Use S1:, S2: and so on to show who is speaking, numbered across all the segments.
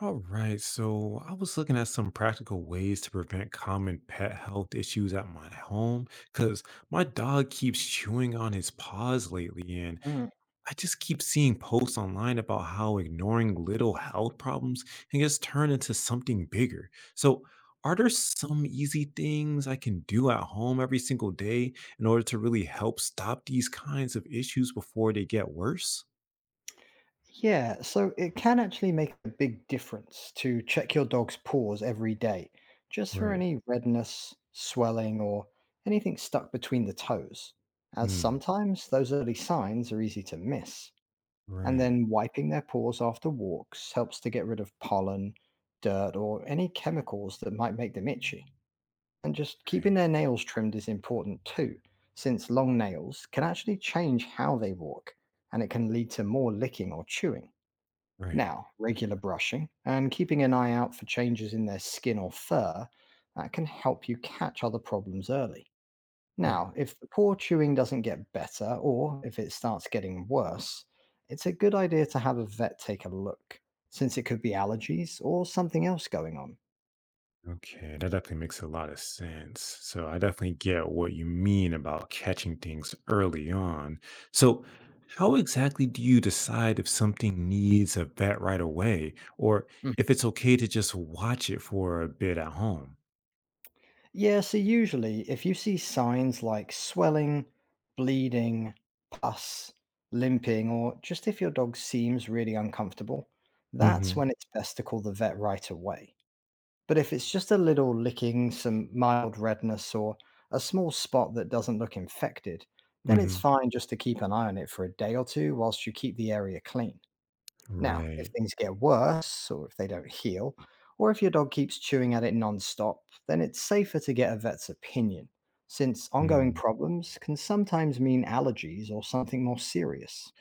S1: All right, so I was looking at some practical ways to prevent common pet health issues at my home because my dog keeps chewing on his paws lately, and
S2: Mm.
S1: I just keep seeing posts online about how ignoring little health problems can just turn into something bigger. So, are there some easy things I can do at home every single day in order to really help stop these kinds of issues before they get worse?
S2: Yeah, so it can actually make a big difference to check your dog's paws every day, just for
S1: Right.
S2: any redness, swelling, or anything stuck between the toes, as
S1: Mm.
S2: sometimes those early signs are easy to miss. And
S1: Right.
S2: then wiping their paws after walks helps to get rid of pollen, dirt, or any chemicals that might make them itchy. And just keeping
S1: Right.
S2: their nails trimmed is important too, since long nails can actually change how they walk, and it can lead to more licking or chewing.
S1: Right.
S2: Now, regular brushing and keeping an eye out for changes in their skin or fur, that can help you catch other problems early.
S1: Right.
S2: Now, if the paw chewing doesn't get better or if it starts getting worse, it's a good idea to have a vet take a look, since it could be allergies or something else going on.
S1: Okay, that definitely makes a lot of sense. So I definitely get what you mean about catching things early on. So, how exactly do you decide if something needs a vet right away or if it's okay to just watch it for a bit at home?
S2: Yeah, so usually if you see signs like swelling, bleeding, pus, limping, or just if your dog seems really uncomfortable, that's
S1: Mhm.
S2: when it's best to call the vet right away. But if it's just a little licking, some mild redness, or a small spot that doesn't look infected, then it's
S1: Mhm.
S2: fine just to keep an eye on it for a day or two whilst you keep the area clean. Now, if
S1: Right.
S2: things get worse, or if they don't heal, or if your dog keeps chewing at it nonstop, then it's safer to get a vet's opinion, since ongoing
S1: Mm.
S2: problems can sometimes mean allergies or something more serious.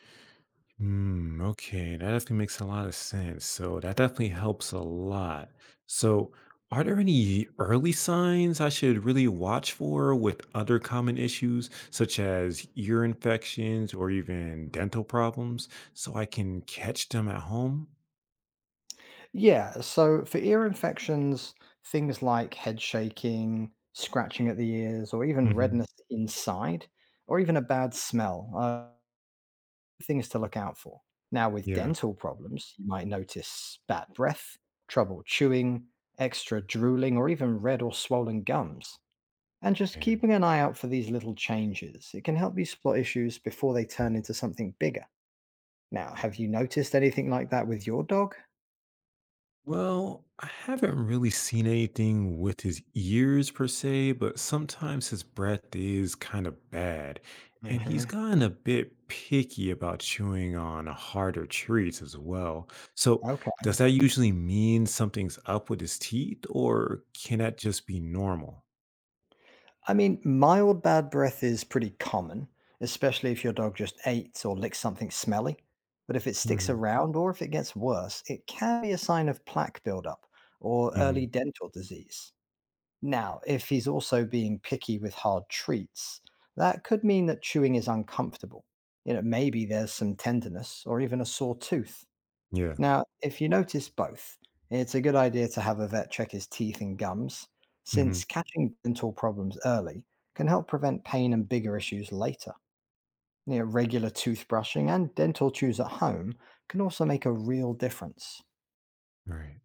S1: Mm, okay, that definitely makes a lot of sense. So that definitely helps a lot. So, are there any early signs I should really watch for with other common issues, such as ear infections or even dental problems, so I can catch them at home?
S2: Yeah, so for ear infections, things like head shaking, scratching at the ears, or even
S1: Hmm.
S2: redness inside, or even a bad smell, things to look out for. Now, with
S1: Yeah.
S2: dental problems, you might notice bad breath, trouble chewing, extra drooling, or even red or swollen gums. And just
S1: Yeah.
S2: keeping an eye out for these little changes, it can help you spot issues before they turn into something bigger. Now, have you noticed anything like that with your dog?
S1: Well, I haven't really seen anything with his ears per se, but sometimes his breath is kind of bad, and he's
S2: Hmm.
S1: gotten a bit picky about chewing on harder treats as well. So, does
S2: Okay.
S1: that usually mean something's up with his teeth, or can that just be normal?
S2: I mean, mild bad breath is pretty common, especially if your dog just ate or licked something smelly. But if it sticks
S1: Hmm.
S2: around or if it gets worse, it can be a sign of plaque buildup or
S1: Hmm.
S2: early dental disease. Now, if he's also being picky with hard treats, that could mean that chewing is uncomfortable. You know, maybe there's some tenderness or even a sore tooth.
S1: Yeah.
S2: Now, if you notice both, it's a good idea to have a vet check his teeth and gums,
S1: Hmm.
S2: since catching dental problems early can help prevent pain and bigger issues later. You know, regular toothbrushing and dental chews at home can also make a real difference.
S1: Right.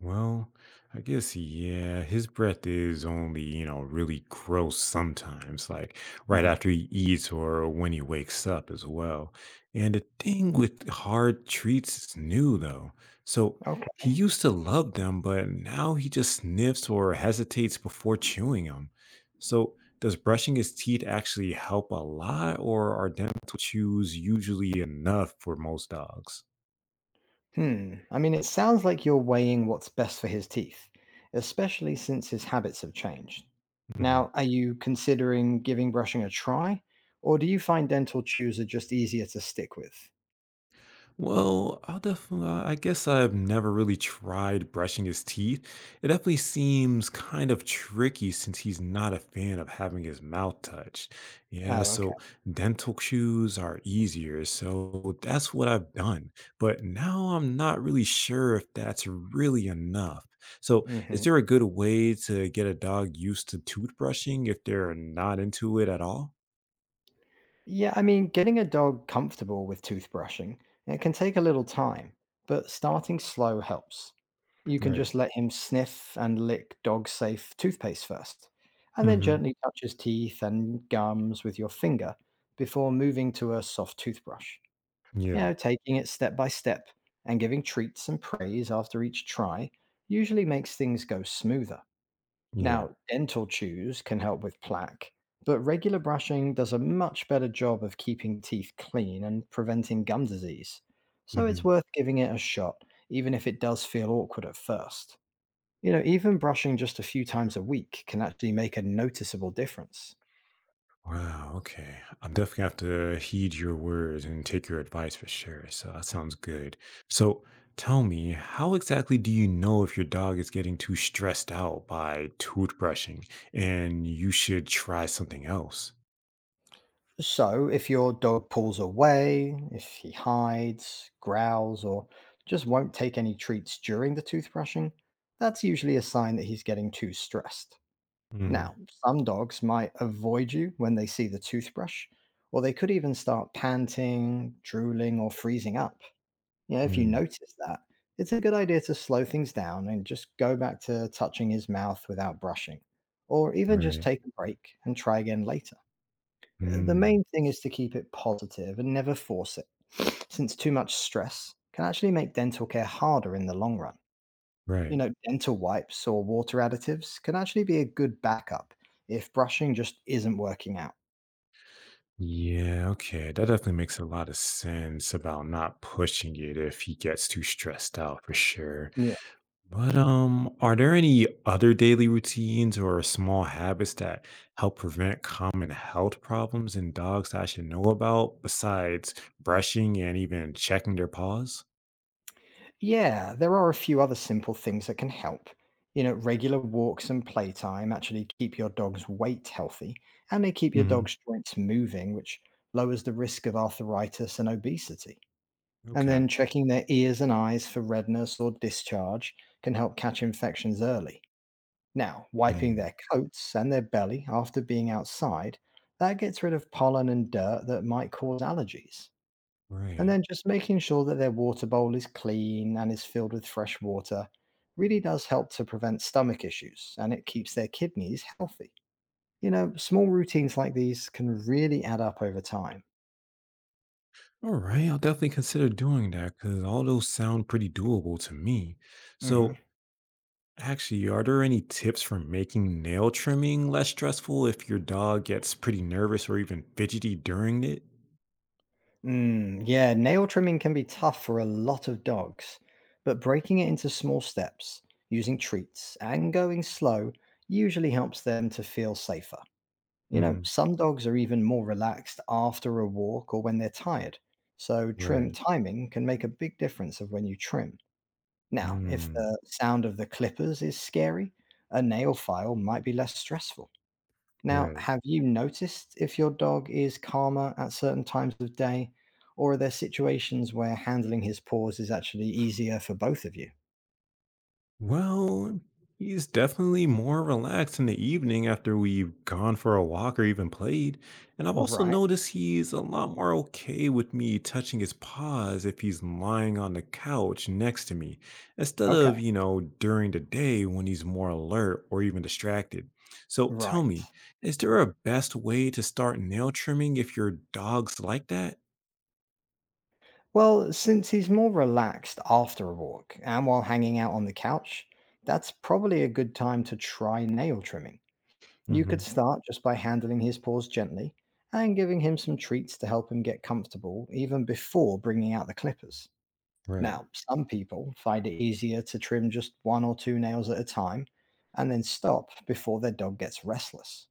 S1: Well, I guess, yeah, his breath is only, really gross sometimes, like right
S2: Mhm.
S1: after he eats or when he wakes up as well. And the thing with hard treats is new, though. So he
S2: Okay.
S1: used to love them, but now he just sniffs or hesitates before chewing them. So does brushing his teeth actually help a lot, or are dental chews usually enough for most dogs?
S2: Hmm. I mean, it sounds like you're weighing what's best for his teeth, especially since his habits have changed. Now, are you considering giving brushing a try, or do you find dental chews are just easier to stick with?
S1: Well, I'll definitely, I guess I've never really tried brushing his teeth. It definitely seems kind of tricky since he's not a fan of having his mouth touched. Yeah,
S2: Oh.
S1: so dental chews are easier. So that's what I've done. But now I'm not really sure if that's really enough. So, is
S2: Hmm.
S1: there a good way to get a dog used to toothbrushing if they're not into it at all?
S2: Yeah, I mean, getting a dog comfortable with toothbrushing, it can take a little time, but starting slow helps. You can
S1: Right.
S2: just let him sniff and lick dog safe toothpaste first, and then
S1: Mm-hmm.
S2: gently touch his teeth and gums with your finger before moving to a soft toothbrush. You
S1: Yeah.
S2: know, taking it step by step and giving treats and praise after each try usually makes things go smoother.
S1: Yeah.
S2: Now, dental chews can help with plaque, but regular brushing does a much better job of keeping teeth clean and preventing gum disease. So
S1: Mm-hmm.
S2: it's worth giving it a shot, even if it does feel awkward at first. You know, even brushing just a few times a week can actually make a noticeable difference.
S1: Wow, okay. I'm definitely have to heed your words and take your advice for sure. So that sounds good. So tell me, how exactly do you know if your dog is getting too stressed out by toothbrushing and you should try something else?
S2: So, if your dog pulls away, if he hides, growls, or just won't take any treats during the toothbrushing, that's usually a sign that he's getting too stressed.
S1: Mm,
S2: Now, some dogs might avoid you when they see the toothbrush, or they could even start panting, drooling, or freezing up. You know, if you
S1: mm,
S2: notice that, it's a good idea to slow things down and just go back to touching his mouth without brushing, or even just
S1: right.
S2: take a break and try again later. The
S1: Mm,
S2: main thing is to keep it positive and never force it, since too much stress can actually make dental care harder in the long run. You
S1: right.
S2: know, dental wipes or water additives can actually be a good backup if brushing just isn't working out.
S1: Yeah, okay. That definitely makes a lot of sense about not pushing it if he gets too stressed out for sure.
S2: Yeah.
S1: But are there any other daily routines or small habits that help prevent common health problems in dogs that I should know about besides brushing and even checking their paws?
S2: Yeah, there are a few other simple things that can help. You know, regular walks and playtime actually keep your dog's weight healthy and they keep your
S1: Hmm.
S2: dog's joints moving, which lowers the risk of arthritis and obesity. And
S1: Okay.
S2: then checking their ears and eyes for redness or discharge can help catch infections early. Now, wiping
S1: Mm,
S2: their coats and their belly after being outside, that gets rid of pollen and dirt that might cause allergies. And
S1: right.
S2: then just making sure that their water bowl is clean and is filled with fresh water really does help to prevent stomach issues and it keeps their kidneys healthy. You know, small routines like these can really add up over time.
S1: All right. I'll definitely consider doing that because all those sound pretty doable to me.
S2: Mhm.
S1: So, actually, are there any tips for making nail trimming less stressful if your dog gets pretty nervous or even fidgety during it?
S2: Mm, yeah, nail trimming can be tough for a lot of dogs, but breaking it into small steps, using treats, and going slow usually helps them to feel safer. You know,
S1: Hmm.
S2: some dogs are even more relaxed after a walk or when they're tired, so trim
S1: Right.
S2: timing can make a big difference of when you trim. Now, if the sound of the clippers is scary, a nail file might be less stressful. Now,
S1: Right.
S2: have you noticed if your dog is calmer at certain times of day, or are there situations where handling his paws is actually easier for both of you?
S1: Well, he's definitely more relaxed in the evening after we've gone for a walk or even played. And I've also
S2: Right.
S1: noticed he's a lot more okay with me touching his paws if he's lying on the couch next to me, instead
S2: Okay.
S1: of, during the day when he's more alert or even distracted. So tell
S2: Right.
S1: me, is there a best way to start nail trimming if your dog's like that?
S2: Well, since he's more relaxed after a walk and while hanging out on the couch, that's probably a good time to try nail trimming. You could
S1: Hmm.
S2: start just by handling his paws gently and giving him some treats to help him get comfortable even before bringing out the clippers.
S1: Right.
S2: Now, some people find it easier to trim just one or two nails at a time and then stop before their dog gets restless.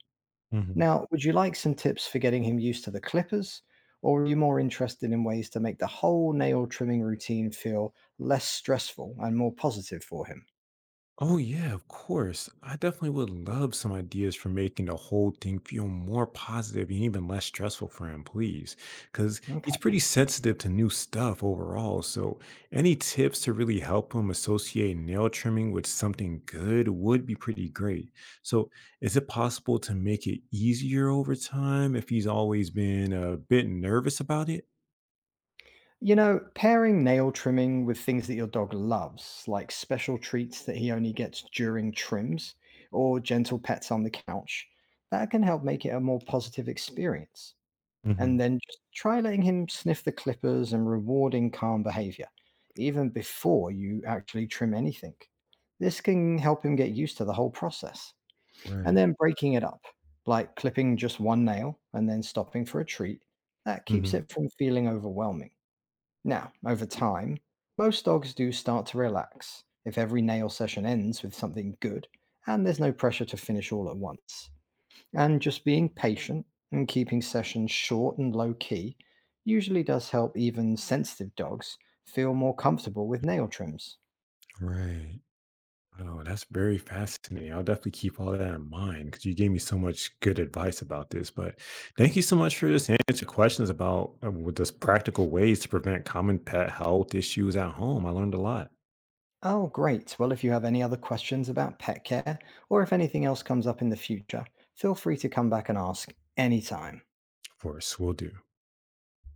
S2: Now, would you like some tips for getting him used to the clippers, or are you more interested in ways to make the whole nail trimming routine feel less stressful and more positive for him?
S1: Oh, yeah, of course. I definitely would love some ideas for making the whole thing feel more positive and even less stressful for him, please. Because
S2: Okay.
S1: he's pretty sensitive to new stuff overall. So, any tips to really help him associate nail trimming with something good would be pretty great. So, is it possible to make it easier over time if he's always been a bit nervous about it?
S2: You know, pairing nail trimming with things that your dog loves, like special treats that he only gets during trims or gentle pets on the couch, that can help make it a more positive experience.
S1: Hmm.
S2: And then just try letting him sniff the clippers and rewarding calm behavior, even before you actually trim anything. This can help him get used to the whole process. And
S1: Right.
S2: then breaking it up, like clipping just one nail and then stopping for a treat, that keeps
S1: Hmm.
S2: it from feeling overwhelming. Now, over time, most dogs do start to relax if every nail session ends with something good and there's no pressure to finish all at once. And just being patient and keeping sessions short and low key usually does help even sensitive dogs feel more comfortable with nail trims.
S1: Right. Oh, that's very fascinating. I'll definitely keep all that in mind because you gave me so much good advice about this. But thank you so much for this answer questions about with this practical ways to prevent common pet health issues at home. I learned a lot.
S2: Oh, great. Well, if you have any other questions about pet care or if anything else comes up in the future, feel free to come back and ask anytime.
S1: Of course, we'll do.